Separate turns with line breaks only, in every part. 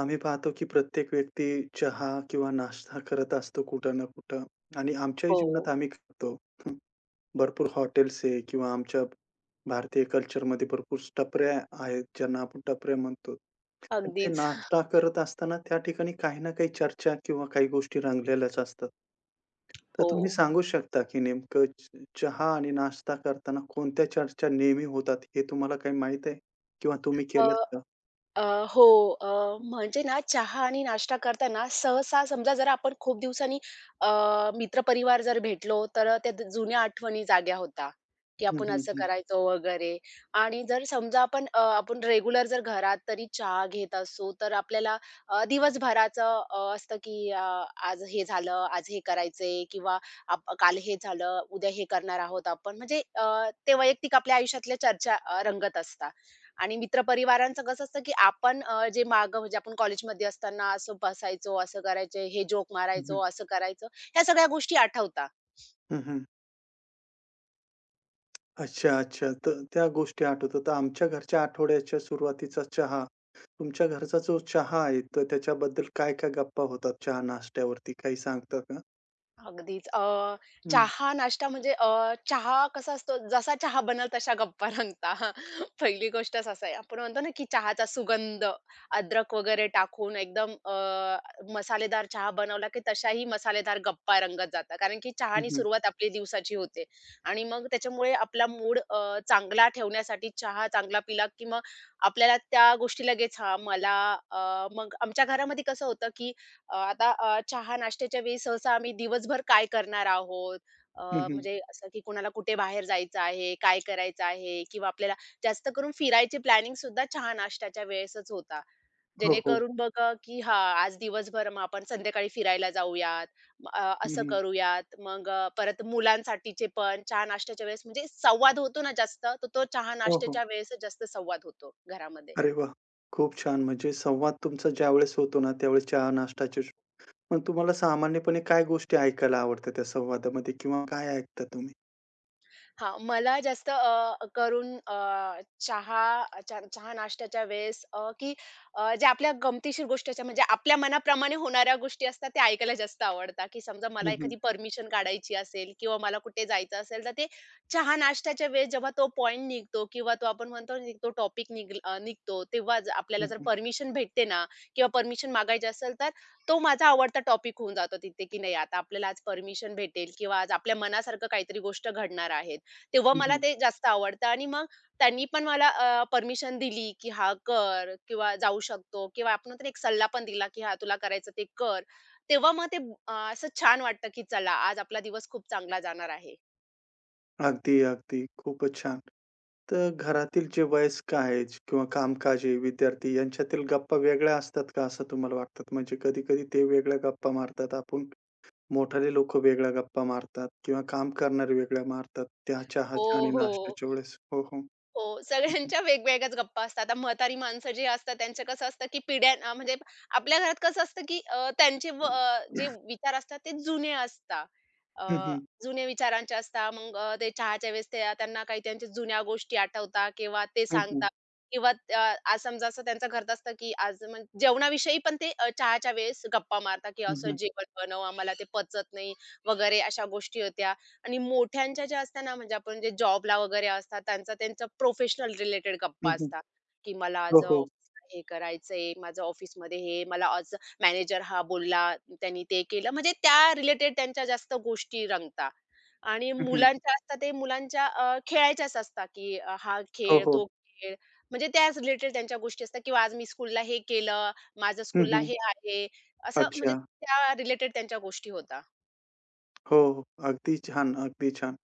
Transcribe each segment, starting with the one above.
आम्ही पाहतो की प्रत्येक व्यक्ती चहा किंवा नाश्ता करत असतो कुठं ना कुठं आणि आमच्याही
हो,
जीवनात आम्ही करतो. हं. भरपूर हॉटेल्स आहे किंवा आमच्या भारतीय कल्चरमध्ये भरपूर टपऱ्या आहेत, ज्यांना आपण टपऱ्या म्हणतो. तर ते
अगदीच.
नाश्ता करत असताना त्या ठिकाणी काही ना काही चर्चा किंवा काही गोष्टी रंगलेल्याच असतात. तर
हो.
तुम्ही सांगू शकता की नेमकं चहा आणि नाश्ता करताना कोणत्या चर्चा नेहमी होतात हे तुम्हाला काही माहीत आहे? किंवा तुम्ही
अ,
केल्यात का?
अ, हो. अ, म्हणजे ना चहा आणि नाश्ता करताना सहसा समजा जर आपण खूप दिवसांनी अ, मित्रपरिवार जर भेटलो, तर त्या जुन्या आठवणी जाग्या होता, की
हं,
आपण असं
हं.
करायचो वगैरे. आणि जर समजा आपण आपण रेग्युलर जर घरात तरी चहा घेत असू, तर आपल्याला दिवसभराचं असतं की आज हे झालं, आज हे करायचंय किंवा काल हे झालं, उद्या हे करणार आहोत आपण. म्हणजे ते वैयक्तिक आपल्या आयुष्यातल्या चर्चा रंगत असतात. आणि मित्रपरिवारांचं कसं असतं की आपण जे मागं म्हणजे आपण कॉलेजमध्ये असताना असं बसायचो, असं करायचो, हे जोक
हं, हं.
मारायचो, असं करायचो. ह्या सगळ्या गोष्टी आठवतात.
हं, हं. अच्छा, अच्छा. तर त्या गोष्टी आठवतात. तर आमच्या घरच्या आठवड्याच्या सुरुवातीचा चहा, तुमच्या घरचा जो चहा आहे, तर त्याच्याबद्दल काय-काय गप्पा होतात चहा नाश्त्यावरती? काही सांगता का?
अगदीच.
हं,
चहा नाश्ता म्हणजे चहा कसा असतो, जसा चहा बनल तशा गप्पा रंगता. पहिली गोष्टच असं आहे. आपण म्हणतो ना, की चहाचा सुगंध, अद्रक वगैरे टाकून एकदम मसालेदार चहा बनवला, की तशाही मसालेदार गप्पा रंगत जातात. कारण की
हं,
चहानी
हं.
सुरुवात आपली दिवसाची होते आणि मग त्याच्यामुळे आपला मूड चांगला ठेवण्यासाठी चहा चांगला पिला, की मग आपल्याला त्या गोष्टी लगेच हां, मला अ, मग आमच्या घरामध्ये कसं होतं, की आता चहा नाश्त्याच्या वेळी सहसा आम्ही दिवसभर काय करणार आहोत, अ,
हं, हं.
म्हणजे असं की कोणाला कुठे बाहेर जायचं आहे, काय करायचं आहे किंवा आपल्याला जास्त करून फिरायची प्लॅनिंगसुद्धा चहा नाश्त्याच्या वेळेसच होता.
हो, हो.
जेणेकरून बघा की हां, आज दिवसभर मग आपण संध्याकाळी फिरायला जाऊयात, असं
हं,
करूयात. मग परत मुलांसाठीचे पण चहा नाश्त्याच्या वेळेस म्हणजे संवाद होतो ना जास्त, तर तो चहा
हो, हो.
नाश्त्याच्या वेळेसच जास्त संवाद होतो घरामध्ये.
अरे वा, खूप छान. म्हणजे संवाद तुमचा ज्यावेळेस होतो ना, त्यावेळेस चहा नाश्त्याचे पण तुम्हाला सामान्यपणे काय गोष्टी ऐकायला आवडतात त्या संवादामध्ये किंवा काय ऐकता तुम्ही?
हां, मला जास्त चहा नाश्त्याच्या वेळेस ज्या आपल्या गमतीशीर गोष्टीच्या म्हणजे आपल्या मनाप्रमाणे होणाऱ्या गोष्टी असतात त्या ऐकायला जास्त आवडतात, की समजा मला
हं, हं.
एखादी परमिशन काढायची असेल किंवा मला कुठे जायचं असेल, तर ते चहा नाश्त्याच्या वेळेस जेव्हा तो पॉइंट निघतो किंवा तो आपण म्हणतो ना, तो टॉपिक निघतो तेव्हा आपल्याला
हं,
जर
हं.
परमिशन भेटते ना किंवा परमिशन मागायची असेल, तर तो माझा आवडता टॉपिक होऊन जातो तिथे, की नाही आता आपल्याला आज परमिशन भेटेल किंवा आज आपल्या मनासारखं काहीतरी गोष्ट घडणार आहे. तेव्हा मला ते जास्त आवडतं आणि मग त्यांनी पण मला परमिशन दिली, की हा कर किंवा जाऊ शकतो" किंवा आपण म्हणतो एक सल्ला पण दिला, की हा तुला करायचं ते कर." तेव्हा मग ते असं छान वाटतं, की चला आज आपला दिवस खूप चांगला जाणार आहे.
अगदी, अगदी. खूपच छान. तर घरातील जे वयस्क आहेत किंवा कामकाजी विद्यार्थी यांच्यातील गप्पा वेगळ्या असतात का असं तुम्हाला वाटतात? म्हणजे कधी-कधी ते वेगळ्या गप्पा मारतात, आपण मोठाले लोकं वेगळ्या गप्पा मारतात किंवा काम करणारे वेगळ्या मारतात त्या चहाच्या
हो,
आणि
हो.
नाश्त्याच्या वेळेस. हो, हो. हं,
हो,
हं.
सगळ्यांच्या वेगवेगळ्याच गप्पा असतात. आता म्हातारी माणसं जी असतात त्यांचं कसं असतं, की पिढ्या म्हणजे आपल्या घरात कसं असतं, की त्यांचे जे विचार असतात ते जुने असतात. अ,
हं, हं.
जुन्या विचारांचे असतात. मग ते चहाच्या वेळेस त्यांना काही त्यांच्या जुन्या गोष्टी आठवतात किंवा ते
हं, हं.
सांगतात किंवा आज समजा असं त्यांचं घरात असतं, की आज म्हणजे जेवणाविषयी पण ते चहाच्या वेळेस गप्पा मारतात, की असं जेवण बनव, आम्हाला ते पचत नाही वगैरे अशा गोष्टी होत्या. आणि मोठ्यांच्या ज्या असतात ना, म्हणजे आपण जे जॉबला वगैरे असतात, त्यांचा त्यांचा प्रोफेशनल रिलेटेड गप्पा असतात, की मला
हो,
आज
हो.
ऑफिसला हे करायचंय, माझं ऑफिसमध्ये हे, मला आज मॅनेजर हा बोलला, त्यांनी ते केलं, म्हणजे त्या रिलेटेड त्यांच्या जास्त गोष्टी रंगतात. आणि
हं, हं.
मुलांच्या असतात ते मुलांच्या खेळायच्याच असतात, की हा
हो,
खेळ,
हो.
तो खेळ, म्हणजे त्याच रिलेटेड त्यांच्या गोष्टी असतात किंवा आज मी स्कूलला हे केलं, माझं
हं,
स्कूलला
हं.
हे आहे, असं म्हणजे
अच्छा.
त्या रिलेटेड त्यांच्या गोष्टी होता.
हो, हो. अगदी छान, अगदी छान.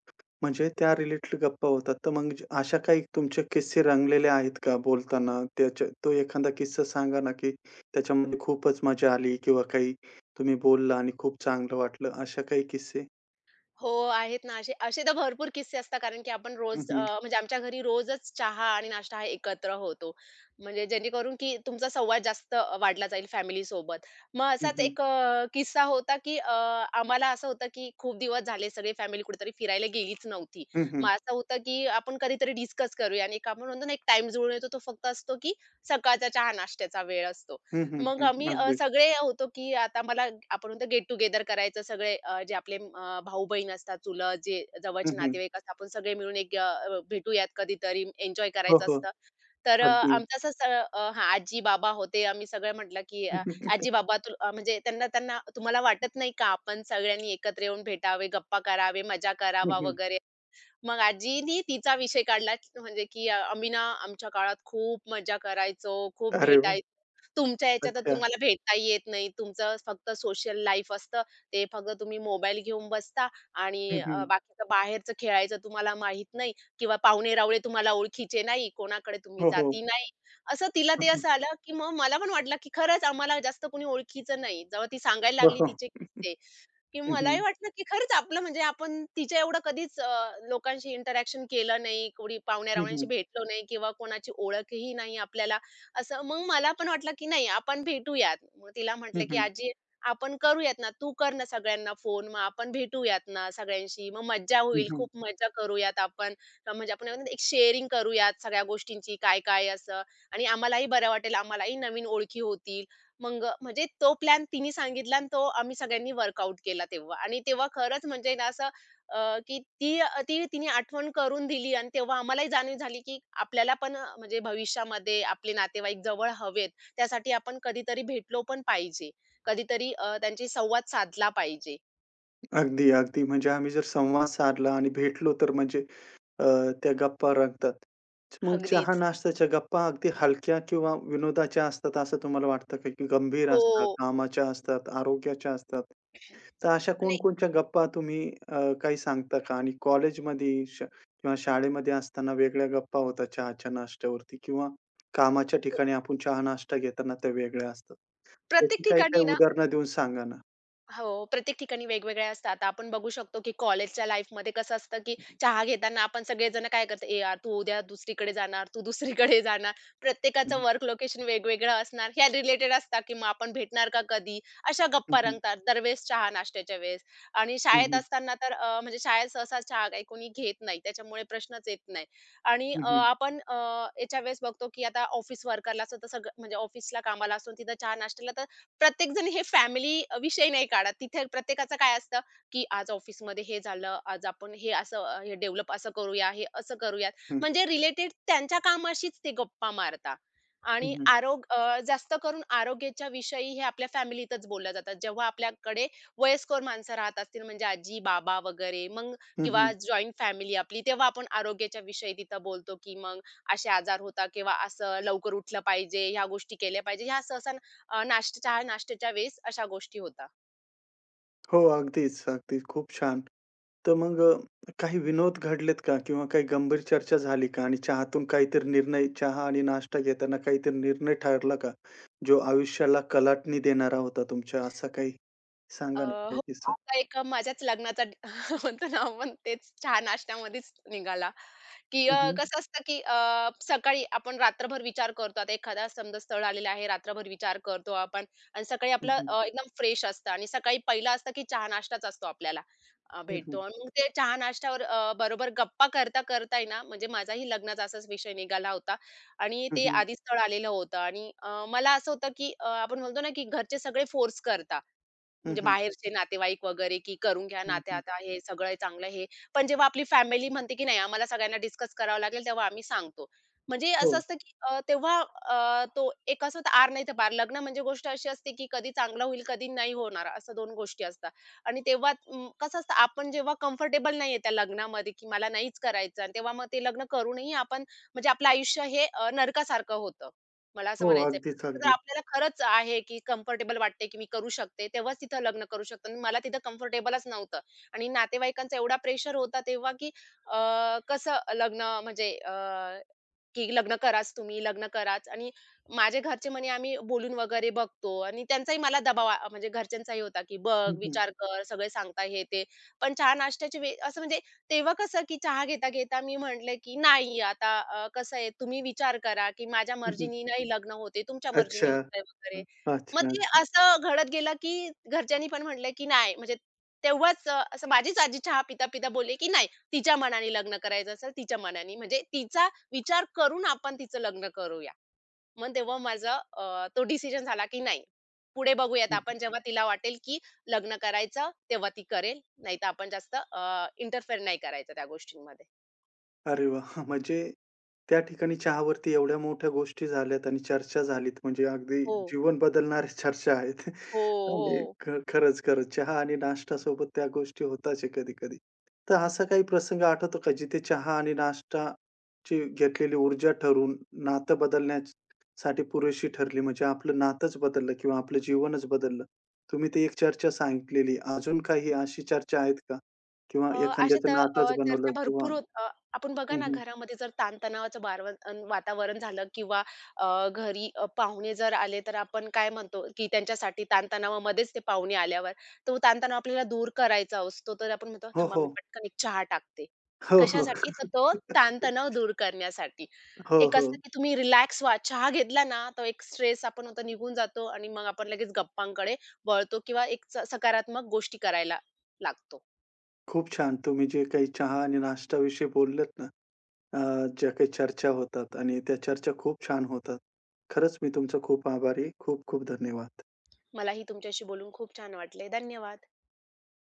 म्हणजे त्या रिलेटेड गप्पा होतात. तर मग अशा काही तुमचे किस्से रंगलेले आहेत का बोलताना? त्याच्या तो एखादा किस्सा सांगा ना, की त्याच्यामध्ये खूपच मजा आली किंवा काही तुम्ही बोलला आणि खूप चांगलं वाटलं, अशा काही किस्से?
हो, आहेत ना. असे असे तर भरपूर किस्से असतात कारण की आपण
हं,
रोज
हं.
म्हणजे आमच्या घरी रोजच चहा आणि नाश्ता हा एकत्र होतो. म्हणजे जेणेकरून की तुमचा संवाद जास्त वाढला जाईल फॅमिलीसोबत. मग
हं,
असाच
हं.
एक किस्सा होता की आम्हाला असं होतं की खूप दिवस झाले सगळी फॅमिली कुठेतरी फिरायला गेलीच नव्हती.
हं, हं.
मग असं होतं की आपण कधीतरी डिस्कस करूया आणि एक आपण म्हणतो ना, एक टाईम जुळून येतो तो फक्त असतो की सकाळचा चहा नाश्त्याचा वेळ असतो.
हं, हं.
मग
हं.
आम्ही
अगदी.
सगळे होतो, की आता मला आपण म्हणतो गेट टुगेदर करायचं सगळे जे आपले भाऊ-बहीण असतात, चुलत जे
हं,
जवळचे
हं.
नातेवाईक असतात, आपण सगळे मिळून एक भेटूयात कधीतरी एन्जॉय
हो,
करायचं
हो.
असतं. तर
अगदी.
आमचं असं हां, आजी-बाबा होते. आम्ही सगळं म्हटलं, की आजी-बाबा तू म्हणजे त्यांना त्यांना तुम्हाला वाटत नाही का आपण सगळ्यांनी एकत्र येऊन भेटावे, गप्पा करावे, मजा
हं,
करावा
हं.
वगैरे. मग आजीनी तिचा विषय काढला, म्हणजे की "आम्ही ना आमच्या काळात खूप मजा करायचो, खूप
अरे वाह!
भेटायचो. तुमच्या ह्याच्यात तर
अच्छा.
तुम्हाला भेटता येत नाही. तुमचं फक्त सोशल लाईफ असतं. ते फक्त तुम्ही मोबाईल घेऊन बसता आणि
हं, हं.
बाकीचं बाहेरचं खेळायचं तुम्हाला माहीत नाही किंवा पाहुणे-रावळे तुम्हाला ओळखीचे नाही. कोणाकडे तुम्ही
हो, हो.
जाती नाही." असं तिला
हं,
ते
हं.
असं आलं, की मग मला पण वाटलं, की खरंच आम्हाला जास्त कोणी ओळखीचं नाही. जेव्हा ती सांगायला
हो,
लागली
हो.
तिचे किस्से, की
हं,
मलाही
हं.
वाटलं की खरंच आपलं म्हणजे आपण तिच्या एवढं कधीच लोकांशी इंटरॅक्शन केलं नाही, कोणी
हं,
पाहुण्या-रावण्यांशी
हं.
भेटलो नाही किंवा कोणाची ओळखही नाही आपल्याला. असं मग मला पण वाटलं की नाही आपण भेटूयात. मग तिला
हं,
म्हटलं की
हं.
"आजी आपण करूयात ना, तू कर ना सगळ्यांना फोन, मग आपण भेटूयात ना सगळ्यांशी, मग मज्जा
हं,
होईल,
हं.
खूप मज्जा करूयात आपण." म्हणजे आपण म्हणतो ना, एक शेअरिंग करूयात सगळ्या गोष्टींची काय-काय असं आणि आम्हालाही बरं वाटेल, आम्हालाही नवीन ओळखी होतील. मग म्हणजे तो प्लॅन तिने सांगितला आणि तो आम्ही सगळ्यांनी वर्कआउट केला तेव्हा आणि तेव्हा खरंच म्हणजे ना असं अ, की ती ती तिने आठवण करून दिली आणि तेव्हा आम्हालाही जाणीव झाली की आपल्याला पण म्हणजे भविष्यामध्ये आपले नातेवाईक जवळ हवेत. त्यासाठी आपण कधीतरी भेटलो पण पाहिजे. कधीतरी त्यांची संवाद साधला पाहिजे.
अगदी, अगदी. म्हणजे आम्ही जर संवाद साधला आणि भेटलो तर म्हणजे अ, त्या गप्पा रंगतात. मग चहा
अगदीच.
नाश्त्याच्या गप्पा अगदी हलक्या किंवा विनोदाच्या असतात असं तुम्हाला वाटतं का? की गंभीर असतात,
हो.
कामाच्या असतात, आरोग्याच्या असतात. तर अशा
आणि
कोणकोणत्या गप्पा तुम्ही काही सांगता का? आणि कॉलेजमध्ये किंवा शाळेमध्ये असताना वेगळ्या गप्पा होतात चहाच्या नाश्त्यावरती किंवा कामाच्या ठिकाणी आपण चहा नाश्ता घेताना त्या वेगळ्या असतात.
प्रत्येक
त्याची काही
ठिकाणी
काही
ना.
उदाहरणं देऊन सांगा ना?
हो, प्रत्येक ठिकाणी वेगवेगळ्या असतात. आता आपण बघू शकतो, की कॉलेजच्या लाईफमध्ये कसं असतं, की चहा घेताना आपण सगळेजण काय करतो, "ए यार, तू उद्या दुसरीकडे जाणार, तू दुसरीकडे जाणार."
हं,
प्रत्येकाचं
हं.
वर्क लोकेशन वेगवेगळं असणार. ह्या रिलेटेड असतात, की मग आपण भेटणार का कधी? अशा
हं,
गप्पा
हं.
रंगतात दरवेळेस चहा नाश्त्याच्या वेळेस. आणि शाळेत
हं,
असताना तर म्हणजे शाळेत सहसा चहा काही कोणी घेत नाही. त्याच्यामुळे प्रश्नच येत नाही. आणि याच्या वेळेस बघतो, की आता ऑफिस वर्करला असं तर सगळं म्हणजे ऑफिसला कामाला असतो, तिथं चहा नाश्त्याला तर प्रत्येकजण हे फॅमिली विषय नाही काढत. तिथे प्रत्येकाचं काय असतं, की आज ऑफिसमध्ये हे झालं, आज आपण हे असं हे डेव्हलप असं करूया, हे असं करूयात.
हं,
म्हणजे रिलेटेड त्यांच्या कामाशीच ते गप्पा मारता, आणि
हं, हं.
आरोग अ, जास्त करून आरोग्याच्या विषयी हे आपल्या फॅमिलीतच बोलल्या जातात. जेव्हा आपल्याकडे वयस्कर माणसं राहत असतील म्हणजे आजी-बाबा वगैरे मग
हं,
किंवा
हं.
जॉइंट फॅमिली आपली, तेव्हा आपण आरोग्याच्या विषयी तिथं बोलतो, की मग असे आजार होतात किंवा असं लवकर उठलं पाहिजे, ह्या गोष्टी केल्या पाहिजे. ह्या सहसा अ, नाश्ता चहा नाश्त्याच्या वेळेस अशा गोष्टी होता.
हो, अगदीच, अगदीच. खूप छान. तर मग काही विनोद घडलेत का? किंवा काही गंभीर चर्चा झाली का? आणि चहातून काहीतरी निर्णय चहा आणि नाश्ता घेताना काहीतरी निर्णय ठरला का? जो आयुष्याला कलाटणी देणारा होता तुमच्या, असा काही
अ,
सांगा ना
हो.
काही किस्सा?
आता एका माझ्याच लग्नाचा म्हणतो ना आपण तेच चहा नाश्त्यामध्येच निघाला, की
हं, हं.
कसं असतं, की सकाळी आपण रात्रभर विचार करतो. आता एखादा समजा स्थळ आलेलं आहे, रात्रभर विचार करतो आपण आणि सकाळी
हं,
आपलं
हं.
एकदम फ्रेश असतं आणि सकाळी पहिला असतं, की चहा नाश्ताच असतो आपल्याला
हं,
भेटतो
हं.
आणि मग ते चहा नाश्त्यावर बरोबर गप्पा करता करता आहे ना, म्हणजे माझाही लग्नाचा असाच विषय निघाला होता आणि
हं,
ते
हं.
आधी स्थळ आलेलं होतं आणि मला असं होतं, की आपण म्हणतो ना, की घरचे सगळे फोर्स करता.
हं,
म्हणजे
हं.
बाहेरचे नातेवाईक वगैरे, की करून घ्या
हं,
नाते
हं.
आता हे सगळं आहे चांगलं आहे. हे. पण जेव्हा आपली फॅमिली म्हणते, की नाही आम्हाला सगळ्यांना डिस्कस करावं लागेल तेव्हा आम्ही सांगतो. म्हणजे असं
हो,
असतं, की तो एक असं होतं आर नाही तर पार. लग्न म्हणजे गोष्ट अशी असते, की कधी चांगलं होईल, कधी नाही होणार असं 2 गोष्टी असतात. आणि तेव्हा कसं असतं आपण जेव्हा कम्फर्टेबल नाहीये त्या लग्नामध्ये, की मला नाहीच करायचं आणि तेव्हा मग ते लग्न करूनही आपण म्हणजे आपलं आयुष्य हे नरकासारखं होतं. मला असं
हो.
म्हणायचंय.
अगदीच,
जर
अगदीच.
आपल्याला खरंच आहे, की कम्फर्टेबल वाटते, की मी करू शकते, तेव्हाच तिथं लग्न करू शकतो. आणि मला तिथं कम्फर्टेबलच नव्हतं आणि नातेवाईकांचा एवढा प्रेशर होता तेव्हा, की कसं लग्न म्हणजे की लग्न कराच तुम्ही, लग्न कराच आणि माझे घरचे म्हणे, "आम्ही बोलून वगैरे बघतो" आणि त्यांचाही मला दबाव म्हणजे घरच्यांचाही होता, की "बघ,
हं, हं.
विचार कर, सगळे सांगता हे ते." पण चहा नाश्त्याची वे असं म्हणजे तेव्हा कसं की चहा घेता-घेता मी म्हटले की "नाही आता कसं आहे तुम्ही विचार करा की माझ्या
हं, हं.
मर्जीनी नाही लग्न होते, तुमच्या मर्जीनी
अच्छा.
होतंय वगैरे."
अच्छा,
मग ते
अच्छा.
असं घडत गेलं की घरच्यांनी पण म्हटलं की "नाही." म्हणजे तेव्हाच असं माझीच आजी चहा पिता-पिता बोलली की "नाही, तिच्या मनाने लग्न करायचं असेल, तिच्या मनाने." म्हणजे तिचा विचार करून आपण तिचं लग्न करूया. मग तेव्हा माझा तो डिसिजन झाला, की नाही, पुढे बघूयात
हं.
आपण जेव्हा तिला वाटेल, की लग्न करायचं तेव्हा ती करेल, नाहीतर आपण जास्त इंटरफेअर नाही करायचं त्या गोष्टींमध्ये.
अरे वाह! म्हणजे त्या ठिकाणी चहावरती एवढ्या मोठ्या गोष्टी झाल्यात आणि चर्चा झालीत म्हणजे अगदी
हो.
जीवन बदलणाऱ्या चर्चा आहेत.
हो,
आणि
हो.
खरंच, खरंच चहा आणि नाश्त्यासोबत त्या गोष्टी होताच आहे कधी-कधी. तर असा काही प्रसंग आठवतो का जिथे चहा आणि नाश्ताची घेतलेली ऊर्जा ठरून नातं बदलण्यासाठी पुरेशी ठरली? म्हणजे आपलं नातंच बदललं किंवा आपलं जीवनच बदललं. तुम्ही ती एक चर्चा सांगितलेली. अजून काही अशी चर्चा आहेत का? किंवा
अ, अशा
एखाद्याचं
तर
नातंच बनवलं
चर्चा
किंवा
भरपूर होत. आपण बघा ना घरामध्ये जर ताणतणावाचं वातावरण झालं किंवा घरी पाहुणे जर आले तर आपण काय म्हणतो की त्यांच्यासाठी ताणतणावामध्येच ते पाहुणे आल्यावर तो ताणतणाव आपल्याला दूर करायचा असतो तर आपण म्हणतो
हो,
थांबा मी
हो.
पटकन एक चहा टाकते.
हो, हो.
कशासाठी? तर तो ताणतणाव दूर करण्यासाठी.
हो,
एक असतं
हो.
की तुम्ही रिलॅक्स व्हा. चहा घेतला ना तो एक स्ट्रेस आपण होतो निघून जातो आणि मग आपण लगेच गप्पांकडे वळतो किंवा एक सकारात्मक गोष्टी करायला लागतो.
खूप छान. तुम्ही जे काही चहा आणि नाश्त्याविषयी बोललात ना, अ, ज्या काही चर्चा होतात आणि त्या चर्चा खूप छान होतात. खरंच मी तुमचा खूप आभारी आहे. खूप खूप धन्यवाद.
मलाही तुमच्याशी बोलून खूप छान वाटले. धन्यवाद.